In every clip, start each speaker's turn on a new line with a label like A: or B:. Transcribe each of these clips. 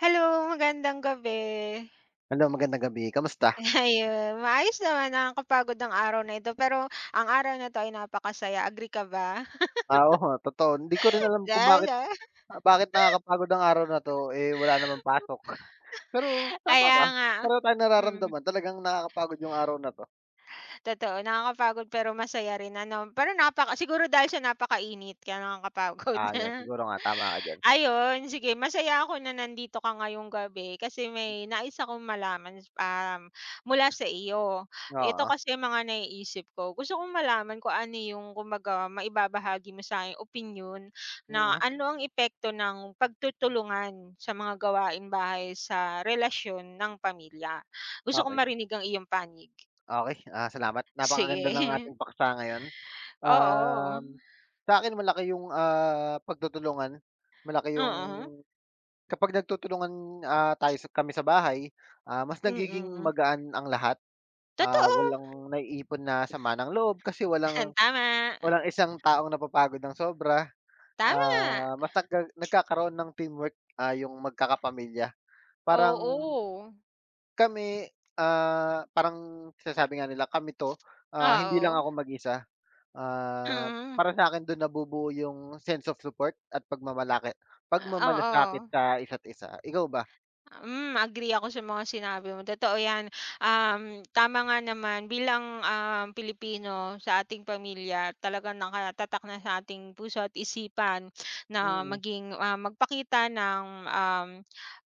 A: Hello, magandang gabi.
B: Hello, magandang gabi, kamusta?
A: Ayun, maayos naman, nakakapagod ang araw na ito, pero ang araw na 'to ay napakasaya, agree ka ba?
B: Oo, totoo hindi ko rin alam kung bakit
A: Dahil-
B: bakit nakakapagod ang araw na 'to, eh, wala namang pasok. Pero tama
A: Kaya
B: ka,
A: nga.
B: pareho tayong
A: Hmm.
B: nararamdaman talagang nakakapagod yung araw na 'to.
A: Totoo, nakakapagod pero masaya rin ano, pero siguro dahil sa napakainit kaya nakakapagod.
B: 'Yun siguro nga tama ka diyan.
A: Ayun, sige masaya ako na nandito ka ngayong gabi kasi may nais akong malaman, mula sa iyo. Ito
B: Oo,
A: kasi yung mga naiisip ko, gusto kong malaman kung ano yung kumbaga maibabahagi mo sa'kin opinyon na
B: mm,
A: ano ang epekto ng pagtutulungan sa mga gawain bahay sa relasyon ng pamilya? Gusto kong
B: okey.
A: marinig ang iyong panig.
B: Okey, salamat
A: Sige.
B: napakaganda ng ating paksa ngayon.
A: Oo.
B: Um, Sa'kin malaki yung, pagtutulungan, malaki yung
A: Oo.
B: kapag nagtutulungan, tayo sa kami sa bahay, mas nagiging
A: Mm.
B: magaan ang lahat.
A: Totoo.
B: Walang naiipon na sama ng loob kasi walang
A: Tama.
B: walang isang taong napapagod ng sobra.
A: Tama.
B: Mas nagkakaroon ng teamwork, yung magkakapamilya. Parang
A: Oo.
B: kami, parang sinasabi nga nila, "Kami 'to,
A: Oo.
B: hindi lang
A: Oo.
B: ako mag-isa." Ah,
A: Mm.
B: Para sa'kin dun nabubuo yung sense of support at pagmamalaki pagmamalasakit
A: Oo.
B: sa isa't isa. Ikaw ba?
A: Agree ako sa mga sinabi mo, totoo 'yan. Tama nga naman bilang, Pilipino sa ating pamilya talagang nakatatak na sa ating puso at isipan na
B: Mm,
A: maging, magpakita ng, um,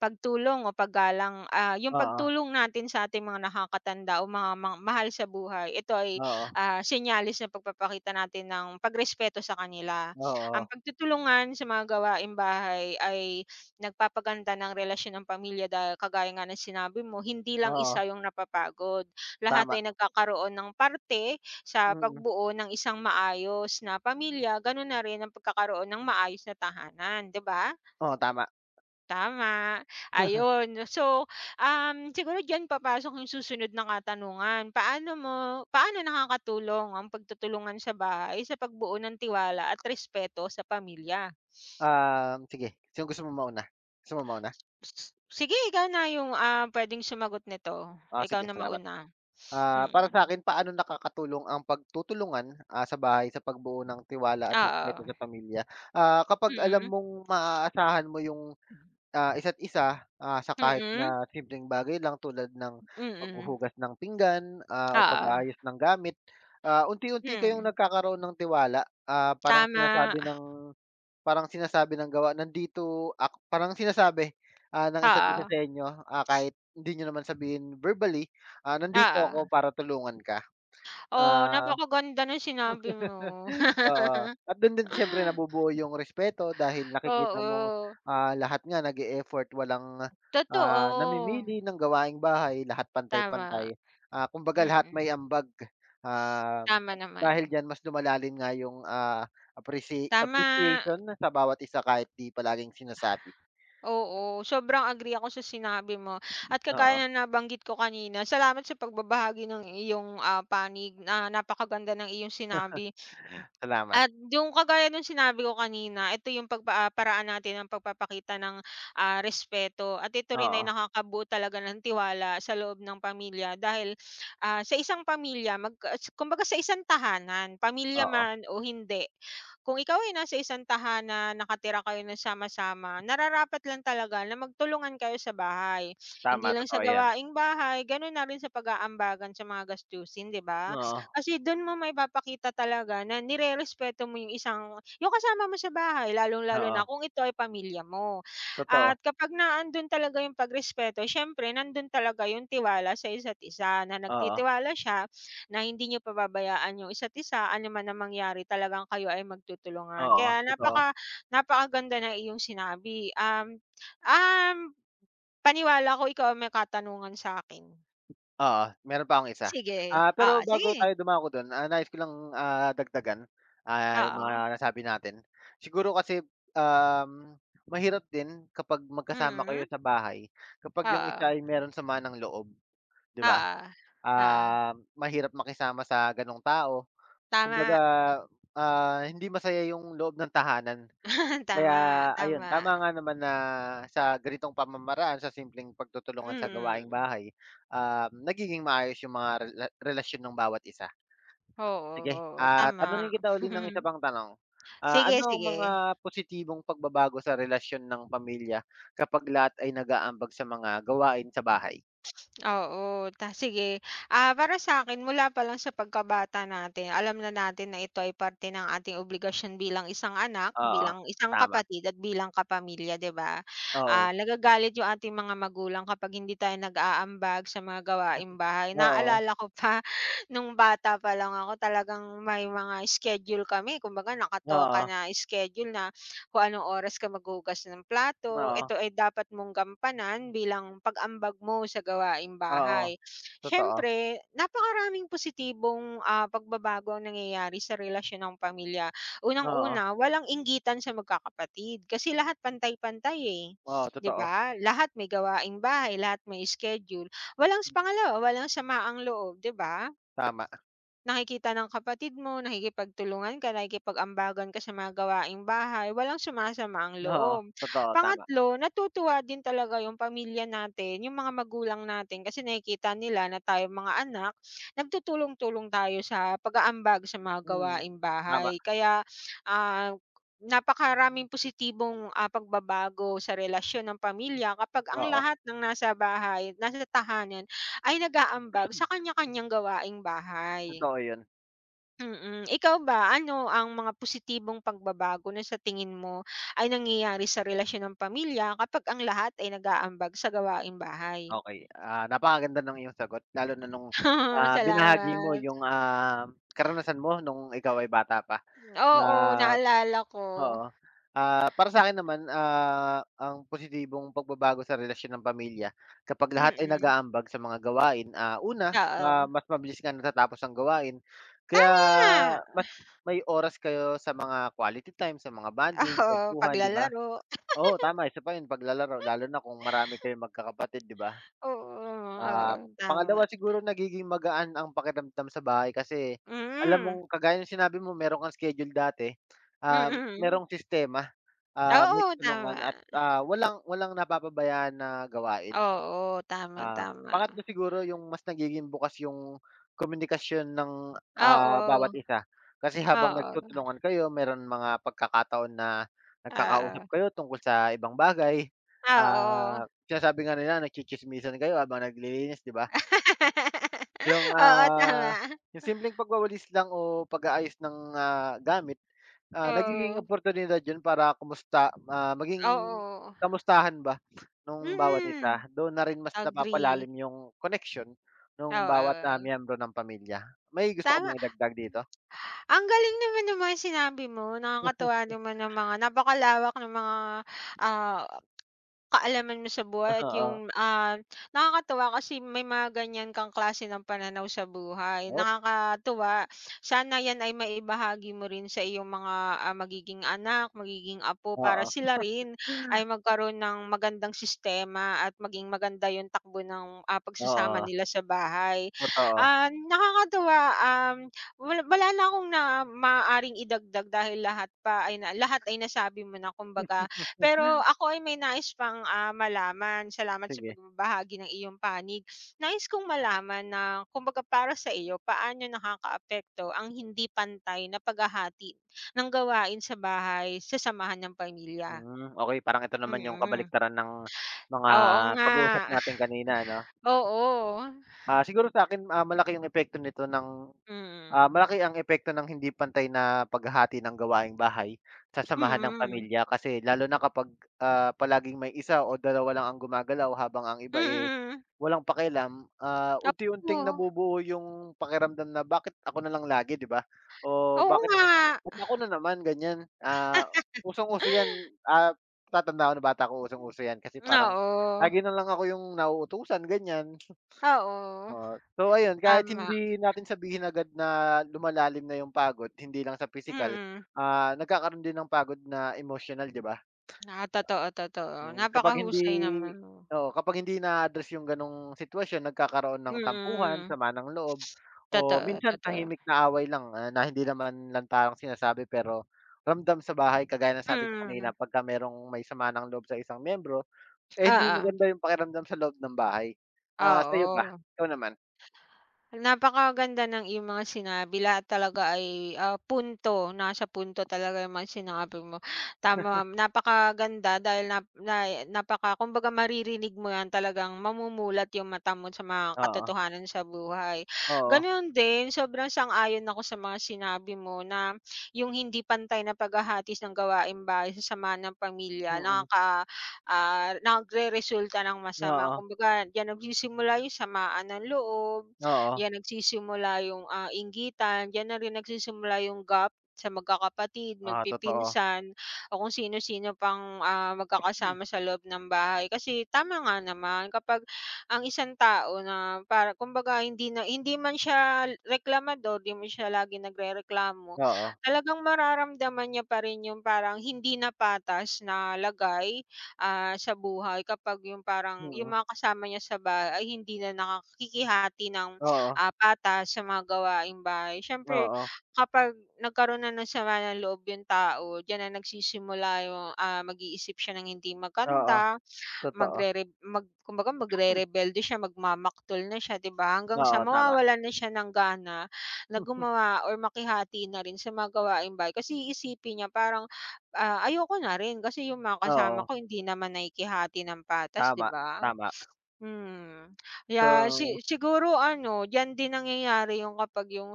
A: pagtulong o paggalang. Yung
B: oo,
A: pagtulong natin sa ating mga nakakatanda o mga mahal sa buhay, ito ay,
B: oo,
A: senyales ng pagpapakita natin ng pagrespeto sa kanila. Ang
B: oo,
A: pagtutulungan sa mga gawaing bahay ay nagpapaganda ng relasyon ng pamilya dahil kagaya nga ng sinabi mo, hindi lang
B: oo,
A: isa yung napapagod. Lahat
B: tama.
A: ay nagkakaroon ng parte sa
B: Mm,
A: pagbuo ng isang maayos na pamilya, gano'n na rin ang pagkakaroon ng maayos na tahanan, 'di ba?
B: oo, tama.
A: Tama, ayun. So, siguro diyan papasok yung susunod na katanungan. Paano nakakatulong ang pagtutulungan sa bahay sa pagbuo ng tiwala at respeto sa pamilya?
B: Sige, sino gusto mo mauna? Gusto mo mauna?
A: Sige ikaw na yung, puwedeng sumagot nito, ikaw
B: Sige
A: na
B: salamat.
A: mauna. Mm,
B: Para sa sa'kin paano nakakatulong ang pagtutulungan, sa bahay sa pagbuo ng tiwala at respeto
A: oo,
B: sa pamilya? Kapag alam
A: mm,
B: mong maaasahan mo yung, isa't isa, sa kahit
A: mm,
B: na simpleng bagay lang tulad ng
A: mm,
B: paghuhugas ng pinggan, o
A: oo,
B: pag-aayos ng gamit, unti-unti kayong
A: hmm,
B: nagkakaroon ng tiwala.
A: tama,
B: Parang sinasabi ng gawa, "Nandito ak" parang sinasabi, ng isa't isa
A: oo,
B: sa inyo, kahit hindi niyo naman sabihin verbally, "Nandito
A: oo.
B: ako para tulungan ka."
A: Oh,
B: Ah
A: napakaganda ng sinabi mo.
B: Oo, at dun din siyempre nabubuo yung respeto dahil nakikita mong,
A: Oo,
B: lahat nga nag effort walang,
A: totoo,
B: namimili ng gawaing bahay, lahat
A: tama,
B: pantay-pantay. Kumbaga lahat
A: mm,
B: may ambag, ah,
A: tama
B: dahil
A: naman,
B: diyan mas lumalalim nga yung,
A: tama.
B: appreciation sa bawat isa kahit di palaging sinasabi.
A: Oo, sobrang agree ako sa sinabi mo at
B: Oo,
A: kagaya na nabanggit ko kanina, salamat sa pagbabahagi ng iyong, panig na napakaganda ng iyong sinabi
B: salamat.
A: at yung kagaya nung sinabi ko kanina, ito yung paraan natin ng pagpapakita ng, respeto at ito rin ay
B: Oo,
A: nakakabuo talaga ng tiwala sa loob ng pamilya dahil, sa isang pamilya kumbaga sa isang tahanan, pamilya
B: oo,
A: man o hindi kung ikaw ay nasa isang tahanan, nakatira kayo ng sama-sama, nararapat lang talaga na magtulungan kayo sa bahay. Hindi
B: tama
A: lang sa
B: totoo yan.
A: gawaing bahay, gano'n na rin sa pag-aambagan sa mga gastusin, 'di ba?
B: Oo,
A: Kasi do'n mo maipapakita talaga na nirerespeto mo yung isang yung kasama mo sa bahay, lalong-lalo na
B: oo,
A: kung ito ay pamilya mo.
B: totoo.
A: At kapag naandun talaga yung pagrespeto, siyempre nandun talaga yung tiwala sa isa't isa na
B: Oo,
A: nagtitiwala siya na hindi niyo pababayaan yung isa't isa, ano man ang mangyari talagang kayo ay magtutulungan.
B: oo,
A: Kaya
B: totoo.
A: napakaganda na iyong sinabi. Um, um, paniwala ko ikaw ang may katanungan sa akin.
B: Oo, meron pa akong isa. Pero bago
A: Sige.
B: tayo dumako don, nais ko lang, dagdagan, yung
A: Oo,
B: mga nasabi natin. Siguro kasi, um, mahirap din kapag magkasama
A: mm,
B: kayo sa bahay, kapag yung
A: oo,
B: isa ay meron sama ng loob, 'di ba?
A: oo, oo.
B: Ah, Mahirap makisama sa gano'ng tao.
A: Tama,
B: Kumbaga, hindi masaya yung loob ng tahanan. Kaya
A: tama,
B: ayun,
A: tama.
B: tama nga naman na sa ganitong pamamaraan, sa simpleng pagtutulungan sa gawaing
A: Mm,
B: bahay, nagiging maayos yung mga relasyon ng bawat isa.
A: oo,
B: Sige,
A: oo, tama.
B: tanungin kita uli ng isa pang tanong.
A: Sige,
B: Ano ang mga
A: sige.
B: positibong pagbabago sa relasyon ng pamilya kapag lahat ay nag-aambag sa mga gawain sa bahay?
A: Oo, sige. Para sa akin mula pa lang sa pagkabata natin alam na natin na ito ay parte ng ating obligasyon bilang isang anak,
B: Oo,
A: bilang isang
B: tama.
A: kapatid at bilang kapamilya, 'di ba?
B: Oo,
A: Nagagalit yung ating mga magulang kapag hindi tayo nag-aambag sa mga gawaing bahay.
B: oo,
A: Naalala ko pa nung bata pa lang ako talagang may mga schedule kami kumbaga nakatoka
B: oo,
A: na schedule na kung anong oras ka maghugas ng plato,
B: oo,
A: ito ay dapat mong gampanan bilang pag-ambag mo sa gawaing
B: oo,
A: bahay.
B: totoo.
A: Siyempre, napakaraming positibong, pagbabago ang nangyayari sa relasyon ng pamilya.
B: Oo,
A: Unang-una, walang inggitan sa magkakapatid kasi lahat pantay-pantay, eh,
B: oo,
A: 'di
B: totoo.
A: ba? Lahat may gawaing bahay, lahat may schedule. Walang pangalawa, walang samaang loob, 'di ba?
B: Tama.
A: Nakikita ng kapatid mo, nakikipagtulungan ka, nakikipag-ambagan ka sa mga gawaing bahay, walang sumasama ang
B: Oo,
A: loob.
B: totoo, tama.
A: Pangatlo, natutuwa din talaga yung pamilya natin, yung mga magulang natin kasi nakikita nila na tayo mga anak, nagtutulong-tulong tayo sa pag-aambag sa mga
B: Mm,
A: gawaing
B: tama,
A: bahay. Kaya, ah, napakaraming positibong, pagbabago sa relasyon ng pamilya kapag ang
B: oo.
A: lahat ng nasa bahay, nasa tahanan ay nag-aambag sa kanya-kanyang gawaing bahay.
B: Totoo yun.
A: Ikaw ba ano ang mga positibong pagbabago na sa tingin mo ay nangyayari sa relasyon ng pamilya kapag ang lahat ay nag-aambag sa gawaing bahay?
B: Okey, napakaganda ng iyong sagot lalo na nung, binahagi mo
A: Salamat.
B: yung, karanasan mo nung ikaw ay bata pa na
A: Oo, naalala ko.
B: oo. Para sa'kin naman, ang positibong pagbabago sa relasyon ng pamilya kapag lahat ay
A: Mm,
B: nag-aambag sa mga gawain, una,
A: oo.
B: mas mabilis nga natatapos ang gawain kaya
A: Tama!
B: mas may oras kayo sa mga quality time, sa mga bonding,
A: Oo,
B: kuwentuhan, 'di ba?
A: paglalaro.
B: Oo, tama isa pa 'yun paglalaro lalo na kung marami kayong magkakapatid, 'di ba?
A: Oo, oo, tama.
B: Pangalawa siguro nagiging magaan ang pakiramdam sa bahay kasi alam
A: Mm,
B: mong kagaya ng sinabi mo meron kang schedule dati,
A: mm.
B: merong sistema, may
A: Oo, tama.
B: tulungan at, walang walang napapabayaan na gawain.
A: Oo, tama, tama.
B: Pangatlo siguro yung mas nagiging bukas yung komunikasyon ng,
A: Oo,
B: bawat isa. Kasi habang
A: oo,
B: nagtutulungan kayo meron mga pagkakataon na nagkakausap
A: oo.
B: kayo tungkol sa ibang bagay.
A: Oo.
B: Sinasabi nga nila nagtsitsismisan kayo habang naglilinis, 'di ba? Yung,
A: Oo, tama.
B: yung simpleng pagwawalis lang o pag-aayos ng, gamit nagiging
A: Oo,
B: oportunidad 'yun para kumusta maging
A: oo.
B: kamustahan ba nung bawat isa.
A: Mm,
B: Doon na rin mas
A: agree.
B: napapalalim yung connection
A: Oo,
B: nung bawat,
A: oo, oo.
B: miyembro ng pamilya. May gusto ka
A: Tama.
B: bang idagdag dito?
A: Ang galing naman ng mga sinabi mo, nakakatuwa naman ng mga napakalawak ng mga, ah kaalaman mo sa buhay at yung, nakakatuwa kasi may mga ganyan kang klase ng pananaw sa buhay.
B: Oo. Oh,
A: Nakakatuwa, sana yan ay maibahagi mo rin sa iyong mga, magiging anak, magiging apo para
B: oo.
A: sila rin ay magkaroon ng magandang sistema at maging maganda yung takbo ng, pagsasama
B: Oo,
A: nila sa bahay.
B: totoo.
A: Nakakatuwa, wala wala na akong na maaaring idagdag dahil lahat pa ay na lahat ay nasabi mo na kumbaga pero ako ay may nais pang, malaman. Salamat sa
B: Sige.
A: pagbabahagi ng iyong panig. Nais kong malaman na kumbaga para sa iyo, paano nakakaapekto ang hindi pantay na paghahati ng gawain sa bahay sa samahan ng pamilya?
B: Mm, okey parang ito naman yung
A: Mm.
B: kabaliktaran ng mga
A: Oo nga.
B: pag-uusap natin kanina ano.
A: Oo.
B: Ah, siguro sa'kin, ah, malaki yung epekto nito ng
A: Mm.
B: malaki ang epekto ng hindi pantay na paghahati ng gawaing bahay sa samahan ng
A: Mm.
B: pamilya kasi lalo na kapag, palaging may isa o dalawa lang ang gumagalaw habang ang iba, eh,
A: Mm.
B: walang pakialam, unti-unting
A: Oo.
B: nabubuo yung pakiramdam na bakit ako na lang lagi, 'di ba? O
A: Oo nga.
B: ba't ako na naman ganyan. Usong-uso 'yan, ah, tatanda ako na bata ko usong-uso 'yan kasi parang
A: Oo.
B: lagi na lang ako yung nauutusan ganyan.
A: Oo.
B: Oo. So ayun, kahit
A: Tama.
B: hindi natin sabihin agad na lumalalim na yung pagod, hindi lang sa pisikal,
A: Mm.
B: nagkakaroon din ng pagod na emotional, 'di ba?
A: Ah, totoo, totoo.
B: Mm, kapag hindi
A: Napakahusay naman mo.
B: oo, kapag hindi na-address yung gano'ng sitwasyon, nagkakaroon ng tampuhan,
A: Mm,
B: sama ng loob, o
A: totoo,
B: minsan
A: totoo.
B: tahimik na away lang, na hindi naman lantarang sinasabi pero ramdam sa bahay. Kagaya ng sabi ko
A: Mm,
B: kanina, pagka merong may sama ng loob sa isang miyembro, eh, hindi
A: oo,
B: maganda yung pakiramdam sa loob ng bahay. Sa'yo ba?
A: oo.
B: Ikaw naman?
A: Napakaganda ng iyong mga sinabi lahat talaga ay, punto, nasa punto talaga yung mga sinabi mo. Tama, napakaganda dahil nap na napaka kumbaga maririnig mo yan talagang mamumulat yung mata mo sa mga
B: Oo,
A: katotohanan sa buhay.
B: oo.
A: Ganoon din, sobrang sang-ayon ako sa mga sinabi mo na yung hindi pantay na paghahatis ng gawaing bahay sa samahan ng pamilya
B: Mm,
A: nagreresulta ng masama.
B: oo,
A: Kumbaga diyan nagsisimula yung samaan ng loob
B: oo,
A: yan nagsisimula yung, inggitan, diyan na rin nagsisimula yung gap sa magkakapatid,
B: oo, totoo.
A: magpipinsan, o kung sino-sino pang,
B: Hmm,
A: magkakasama sa loob ng bahay. Kasi tama nga naman kapag ang isang tao na para kumbaga hindi man siya reklamador, hindi man siya laging nagrereklamo,
B: oo,
A: talagang mararamdaman niya pa rin yung parang hindi na patas na lagay, sa buhay kapag yung parang yung
B: mm,
A: mga kasama niya sa bahay ay hindi na nakakikihati ng
B: oo,
A: patas sa mga gawaing bahay. Siyempre
B: oo,
A: kapag nagkaroon na ng sama ng loob yung tao, diyan na nagsisimula yung, mag-iisip siya ng hindi
B: oo,
A: maganda,
B: totoo,
A: magrere mag kumbaga magrerebelde siya, magmamaktol na siya, 'di ba? Hanggang sa
B: oo, tama,
A: mawawalan na siya ng gana na gumawa or makihati na rin sa mga gawaing bahay kasi iisipin niya parang, ayoko na rin kasi yung mga kasama
B: oo,
A: ko hindi naman nakikihati ng patas, 'di
B: tama,
A: ba?
B: tama.
A: Hmm. Yeah,
B: So,
A: siguro ano, diyan din nangyayari yung kapag yung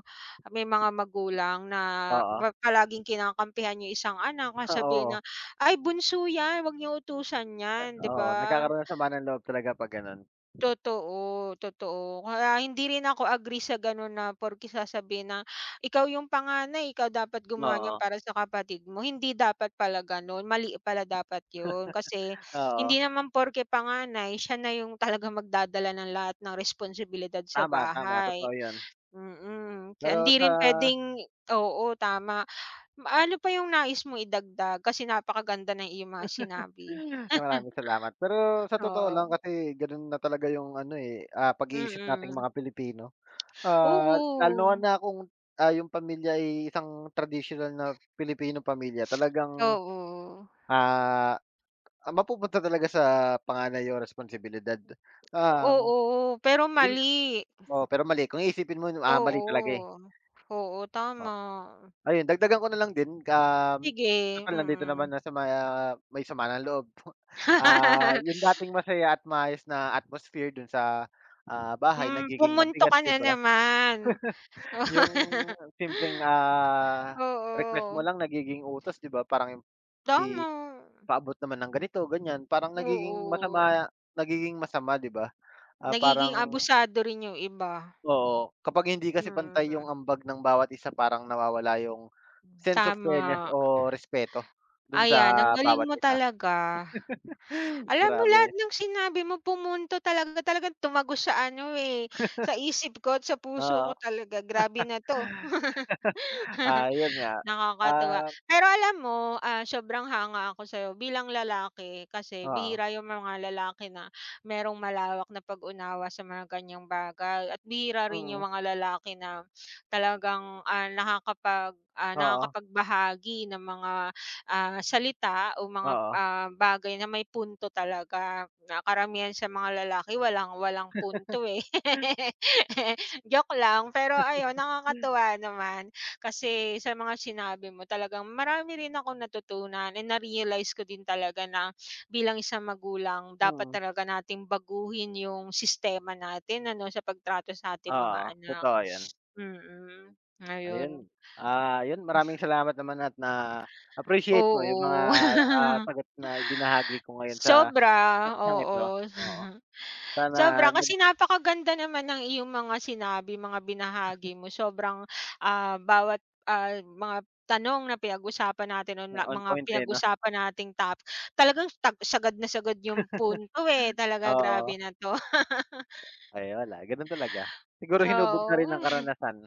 A: may mga magulang na
B: oo,
A: palaging kinakampihan yung isang anak, na na,
B: oo,
A: "Ay bunso yan, 'wag niyo utusan yan." 'Di
B: oo,
A: ba?
B: nagkakaroon ng sama ng loob talaga 'pag gano'n.
A: Totoo, totoo. Kaya hindi rin ako agree sa gano'n na porke sasabihin na, "Ikaw yung panganay, ikaw dapat gumawa niyan
B: Oo,
A: para sa kapatid mo." Hindi dapat pala gano'n, mali pala dapat 'yun. Kasi hindi
B: oo,
A: naman porke panganay, siya na yung talaga magdadala ng lahat ng responsibilidad sa
B: tama, tama,
A: bahay.
B: totoo 'yun.
A: Kaya
B: Pero
A: hindi
B: sa
A: rin puwedeng oo, tama. Ano pa yung nais mo idagdag? Kasi napakaganda ng iyong mga sinabi.
B: Ay, maraming salamat. Pero sa totoo lang
A: Oo,
B: kasi gano'n na talaga 'yung ano, eh, pag-iisip nating
A: mm.
B: mga Pilipino. Ah,
A: Oo,
B: Lalo na kung, yung pamilya ay isang traditional na Pilipino pamilya talagang,
A: oo.
B: ah, mapupunta talaga sa panganay yung responsibilidad. Um,
A: Oo, pero
B: yun
A: mali.
B: Oo, pero mali kung iisipin mo, mali talaga, eh.
A: Oo. Oo,
B: Oh,
A: tama.
B: ayun dagdagan ko na lang din,
A: Sige,
B: total nandito naman
A: mm.
B: na sa may, may sama ng loob. Yung dating masaya at maayos na atmosphere dun sa, bahay
A: Hmm,
B: nagiging
A: pumunto
B: mabigat,
A: ka
B: 'di
A: na
B: ba?
A: naman.
B: Yung simpleng, request
A: Oo,
B: mo lang nagiging utos 'di ba parang
A: tama.
B: ipaabot naman ng ganito, ganyan. Parang nagiging
A: Oo,
B: masama nagiging masama, 'di ba? Ah,
A: nagiging
B: parang
A: abusado rin yung iba.
B: Oo, kapag hindi kasi pantay yung
A: Mm,
B: ambag ng bawat isa parang nawawala yung sense of fairness
A: tama.
B: o respeto dun sa
A: Ayan, ang galing
B: bawat
A: mo
B: isa.
A: talaga. Alam mo lahat
B: Grabe,
A: ng sinabi mo pumunto talaga talagang tumago sa ano, eh, sa isip ko at sa puso ko
B: oo.
A: talaga. Grabe na 'to.
B: Ah, yun nga,
A: Nakakatuwa.
B: ah
A: Pero alam mo, sobrang hanga ako sa'yo bilang lalaki kasi
B: Oo,
A: bihira yung mga lalaki na merong malawak na pag-unawa sa mga ganyang bagay at bihira rin yung
B: mm,
A: mga lalaki na talagang,
B: oo,
A: nakakapagbahagi ng mga, salita o mga,
B: oo,
A: bagay na may punto talaga na karamihan sa mga lalaki walang walang punto, eh. Joke lang, pero ayun nakakatuwa naman. Kasi sa mga sinabi mo talagang marami rin ako natutunan and na-realize ko din talaga na bilang isang magulang dapat
B: mm,
A: talaga nating baguhin yung sistema natin ano, sa pagtrato sa ating mga
B: oo,
A: anak.
B: totoo yun.
A: Mm, ayun.
B: Ayun, yun maraming salamat naman at na-appreciate mo yung mga,
A: Oo.
B: sagot na ibinahagi ko ngayon sa
A: Sobra,
B: paksang ito,
A: oo.
B: oo. Sana
A: Sobra,
B: nag
A: kasi napakaganda naman ng iyong mga sinabi, mga binahagi mo. Sobrang, bawat, mga tanong na pinag-usapan natin o na
B: on
A: mga
B: point, eh, 'no?
A: pinag-usapan nating talagang sagad na sagad yung punto, eh, talaga
B: Oo,
A: grabe na 'to.
B: ay wala ganun talaga. Siguro hinubog na rin ng
A: Oo.
B: karanasan,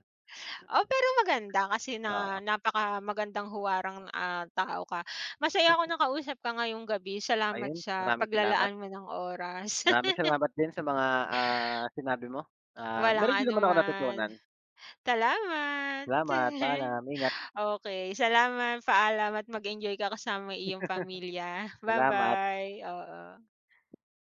A: Oh, pero maganda kasi na
B: oo.
A: napaka magandang huwarang, tao ka. Masaya ako nakausap ka ngayong gabi. Salamat
B: Ayun,
A: sa
B: maraming salamat.
A: paglalaan mo ng oras.
B: Maraming salamat din sa mga, sinabi mo.
A: Walang
B: Meron din naman ako
A: anuman.
B: natutunan.
A: Salamat.
B: Salamat, paalam, ingat.
A: Okay, salamat, paalam at mag-enjoy ka kasama iyong pamilya. Bye
B: Salamat.
A: bye, oo.